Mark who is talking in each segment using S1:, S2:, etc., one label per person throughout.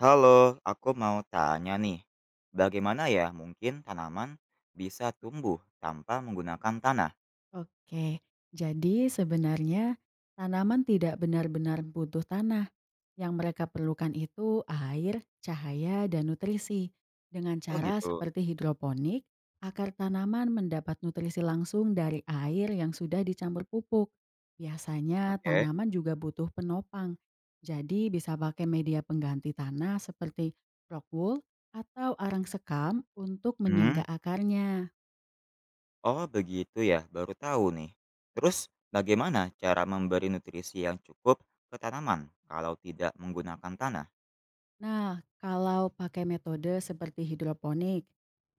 S1: Halo, aku mau tanya nih, bagaimana ya mungkin tanaman bisa tumbuh tanpa menggunakan tanah?
S2: Oke, jadi sebenarnya tanaman tidak benar-benar butuh tanah. Yang mereka perlukan itu air, cahaya, dan nutrisi. Dengan
S1: Oh
S2: cara
S1: gitu,
S2: seperti hidroponik, akar tanaman mendapat nutrisi langsung dari air yang sudah dicampur pupuk. Biasanya
S1: oke.
S2: tanaman juga butuh penopang. Jadi bisa pakai media pengganti tanah seperti rock wool atau arang sekam untuk menyangga
S1: Hmm,
S2: akarnya.
S1: oh begitu ya, baru tahu nih. Terus bagaimana cara memberi nutrisi yang cukup ke tanaman kalau tidak menggunakan tanah?
S2: Nah, kalau pakai metode seperti hidroponik,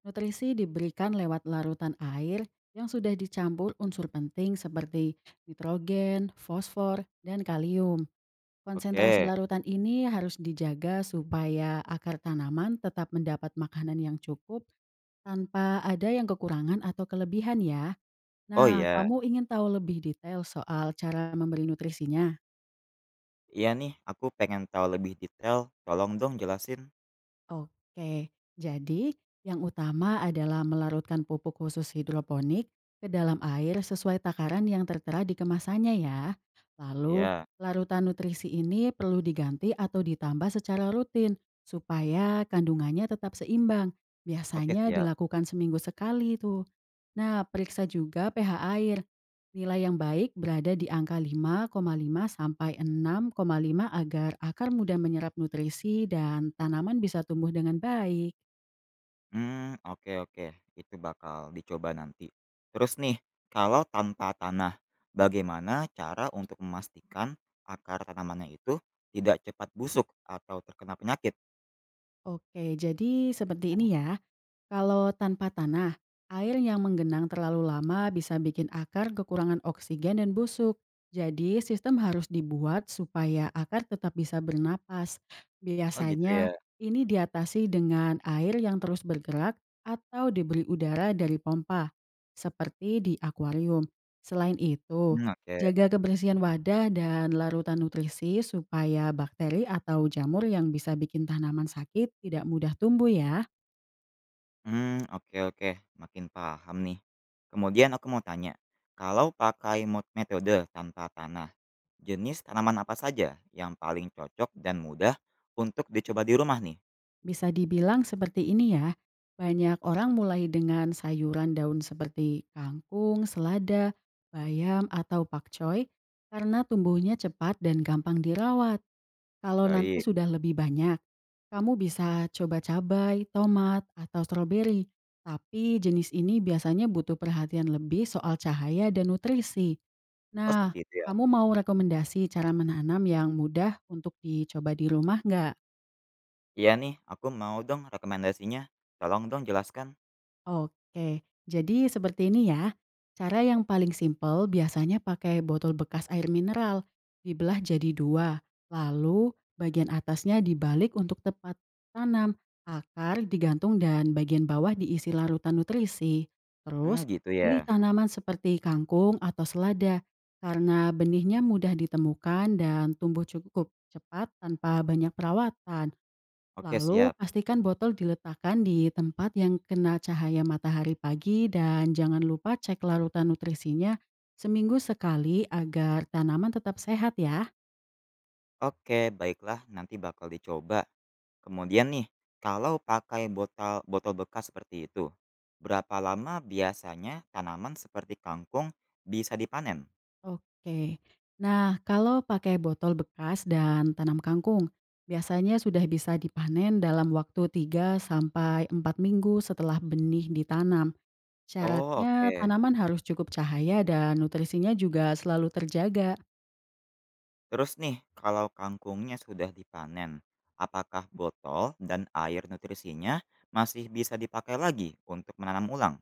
S2: nutrisi diberikan lewat larutan air yang sudah dicampur unsur penting seperti nitrogen, fosfor, dan kalium. Konsentrasi
S1: Oke,
S2: larutan ini harus dijaga supaya akar tanaman tetap mendapat makanan yang cukup tanpa ada yang kekurangan atau kelebihan ya.
S1: oh
S2: Nah,
S1: iya,
S2: kamu ingin tahu lebih detail soal cara memberi nutrisinya?
S1: iya nih, aku pengen tahu lebih detail, tolong dong jelasin.
S2: Oke, jadi yang utama adalah melarutkan pupuk khusus hidroponik ke dalam air sesuai takaran yang tertera di kemasannya ya. Lalu,
S1: Iya,
S2: larutan nutrisi ini perlu diganti atau ditambah secara rutin supaya kandungannya tetap seimbang.
S1: oke
S2: Biasanya
S1: siap.
S2: dilakukan seminggu sekali tuh. Nah, periksa juga pH air. Nilai yang baik berada di angka 5,5 sampai 6,5 agar akar mudah menyerap nutrisi dan tanaman bisa tumbuh dengan baik.
S1: Hmm, oke oke, itu bakal dicoba nanti. Terus nih, kalau tanpa tanah, bagaimana cara untuk memastikan akar tanamannya itu tidak cepat busuk atau terkena penyakit?
S2: Oke, jadi seperti ini ya. Kalau tanpa tanah, air yang menggenang terlalu lama bisa bikin akar kekurangan oksigen dan busuk. Jadi, sistem harus dibuat supaya akar tetap bisa bernapas.
S1: Oh gitu
S2: Biasanya,
S1: ya?
S2: ini diatasi dengan air yang terus bergerak atau diberi udara dari pompa, seperti di akuarium. Selain itu,
S1: Mmm, oke.
S2: jaga kebersihan wadah dan larutan nutrisi supaya bakteri atau jamur yang bisa bikin tanaman sakit tidak mudah tumbuh ya.
S1: Hmm, oke oke, makin paham nih. Kemudian aku mau tanya, kalau pakai metode tanpa tanah, jenis tanaman apa saja yang paling cocok dan mudah untuk dicoba di rumah nih?
S2: Bisa dibilang seperti ini ya, banyak orang mulai dengan sayuran daun seperti kangkung, selada, bayam, atau pakcoy karena tumbuhnya cepat dan gampang dirawat. Kalau nanti
S1: Baik.
S2: sudah lebih banyak, kamu bisa coba cabai, tomat, atau stroberi. Tapi jenis ini biasanya butuh perhatian lebih soal cahaya dan nutrisi.
S1: Oh
S2: Nah,
S1: seperti itu ya?
S2: kamu mau rekomendasi cara menanam yang mudah untuk dicoba di rumah nggak?
S1: Iya nih, aku mau dong rekomendasinya. Tolong dong jelaskan.
S2: Oke, jadi seperti ini ya. Cara yang paling simpel biasanya pakai botol bekas air mineral, dibelah jadi dua, lalu bagian atasnya dibalik untuk tepat tanam, akar digantung dan bagian bawah diisi larutan nutrisi.
S1: Mmm,
S2: Terus,
S1: gitu
S2: pilih
S1: ya.
S2: tanaman seperti kangkung atau selada, karena benihnya mudah ditemukan dan tumbuh cukup cepat tanpa banyak perawatan.
S1: Oke
S2: Lalu
S1: siap.
S2: pastikan botol diletakkan di tempat yang kena cahaya matahari pagi dan jangan lupa cek larutan nutrisinya seminggu sekali agar tanaman tetap sehat ya.
S1: Oke, baiklah nanti bakal dicoba. Kemudian nih, kalau pakai botol botol bekas seperti itu, berapa lama biasanya tanaman seperti kangkung bisa dipanen?
S2: Oke. Nah, kalau pakai botol bekas dan tanam kangkung, biasanya sudah bisa dipanen dalam waktu 3 sampai 4 minggu setelah benih ditanam.
S1: Oh
S2: Syaratnya
S1: oke.
S2: tanaman harus cukup cahaya dan nutrisinya juga selalu terjaga.
S1: Terus nih, kalau kangkungnya sudah dipanen, apakah botol dan air nutrisinya masih bisa dipakai lagi untuk menanam ulang?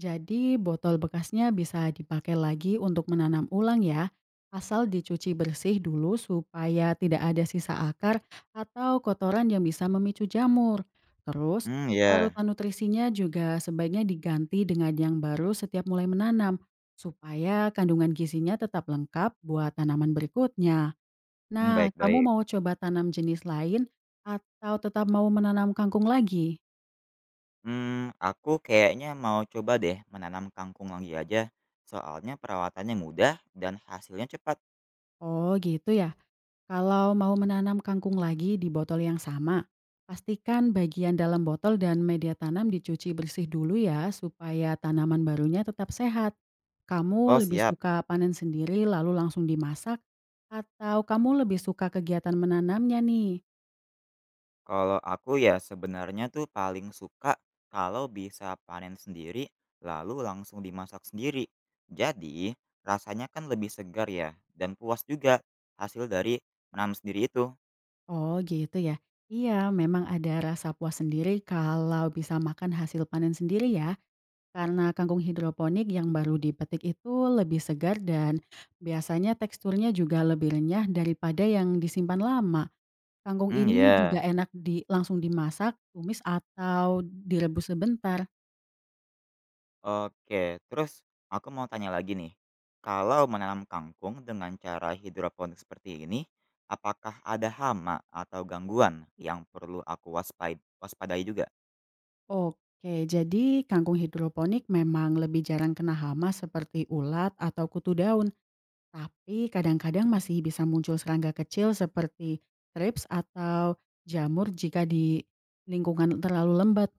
S2: Jadi botol bekasnya bisa dipakai lagi untuk menanam ulang ya, asal dicuci bersih dulu supaya tidak ada sisa akar atau kotoran yang bisa memicu jamur. Terus,
S1: Mmm, ya.
S2: larutan nutrisinya juga sebaiknya diganti dengan yang baru setiap mulai menanam, supaya kandungan gizinya tetap lengkap buat tanaman berikutnya.
S1: Mmm,
S2: Nah,
S1: baik
S2: kamu
S1: baik.
S2: mau coba tanam jenis lain atau tetap mau menanam kangkung lagi?
S1: Hmm, aku kayaknya mau coba deh menanam kangkung lagi aja, soalnya perawatannya mudah dan hasilnya cepat.
S2: Oh gitu ya. Kalau mau menanam kangkung lagi di botol yang sama, pastikan bagian dalam botol dan media tanam dicuci bersih dulu ya supaya tanaman barunya tetap sehat.
S1: Oh
S2: Kamu lebih
S1: siap,
S2: suka panen sendiri lalu langsung dimasak atau kamu lebih suka kegiatan menanamnya nih?
S1: kalau aku ya sebenarnya tuh paling suka kalau bisa panen sendiri lalu langsung dimasak sendiri. Jadi rasanya kan lebih segar ya dan puas juga hasil dari menanam sendiri itu.
S2: Oh gitu ya. Iya, memang ada rasa puas sendiri kalau bisa makan hasil panen sendiri ya. Karena kangkung hidroponik yang baru dipetik itu lebih segar dan biasanya teksturnya juga lebih renyah daripada yang disimpan lama. Kangkung
S1: Hmm,
S2: ini
S1: ya.
S2: juga enak di langsung dimasak, tumis atau direbus sebentar.
S1: Oke, terus aku mau tanya lagi nih. Kalau menanam kangkung dengan cara hidroponik seperti ini, apakah ada hama atau gangguan yang perlu aku waspadai juga?
S2: Oke, jadi kangkung hidroponik memang lebih jarang kena hama seperti ulat atau kutu daun, tapi kadang-kadang masih bisa muncul serangga kecil seperti thrips atau jamur jika di lingkungan terlalu lembat.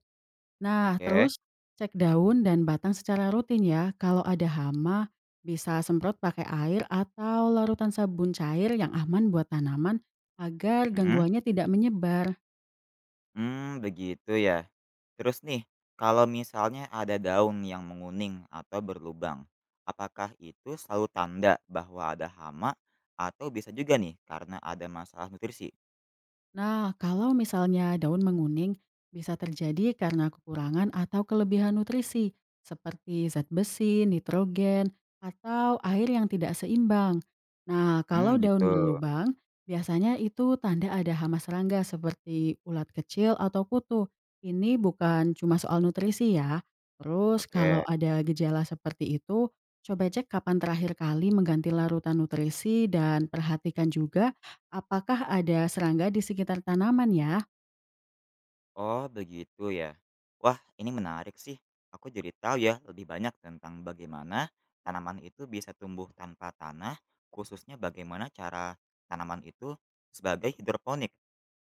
S2: Nah,
S1: Oke.
S2: terus cek daun dan batang secara rutin ya. Kalau ada hama, bisa semprot pakai air atau larutan sabun cair yang aman buat tanaman agar
S1: Mhm.
S2: gangguannya tidak menyebar.
S1: Hmm, begitu ya. Terus nih, kalau misalnya ada daun yang menguning atau berlubang, apakah itu selalu tanda bahwa ada hama atau bisa juga nih karena ada masalah nutrisi?
S2: Nah, kalau misalnya daun menguning, bisa terjadi karena kekurangan atau kelebihan nutrisi, seperti zat besi, nitrogen, atau air yang tidak seimbang. Nah,
S1: Hmm,
S2: kalau
S1: gitu.
S2: daun berlubang, biasanya itu tanda ada hama serangga seperti ulat kecil atau kutu. Ini bukan cuma soal nutrisi ya. Terus kalau
S1: Oke.
S2: ada gejala seperti itu, coba cek kapan terakhir kali mengganti larutan nutrisi dan perhatikan juga apakah ada serangga di sekitar tanaman ya?
S1: Oh, begitu ya. Wah, ini menarik sih. Aku jadi tahu ya lebih banyak tentang bagaimana tanaman itu bisa tumbuh tanpa tanah, khususnya bagaimana cara tanaman itu sebagai hidroponik.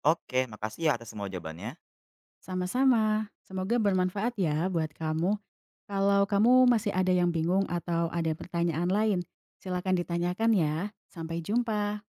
S1: Oke, makasih ya atas semua jawabannya.
S2: Sama-sama. Semoga bermanfaat ya buat kamu. Kalau kamu masih ada yang bingung atau ada pertanyaan lain, silakan ditanyakan ya. Sampai jumpa.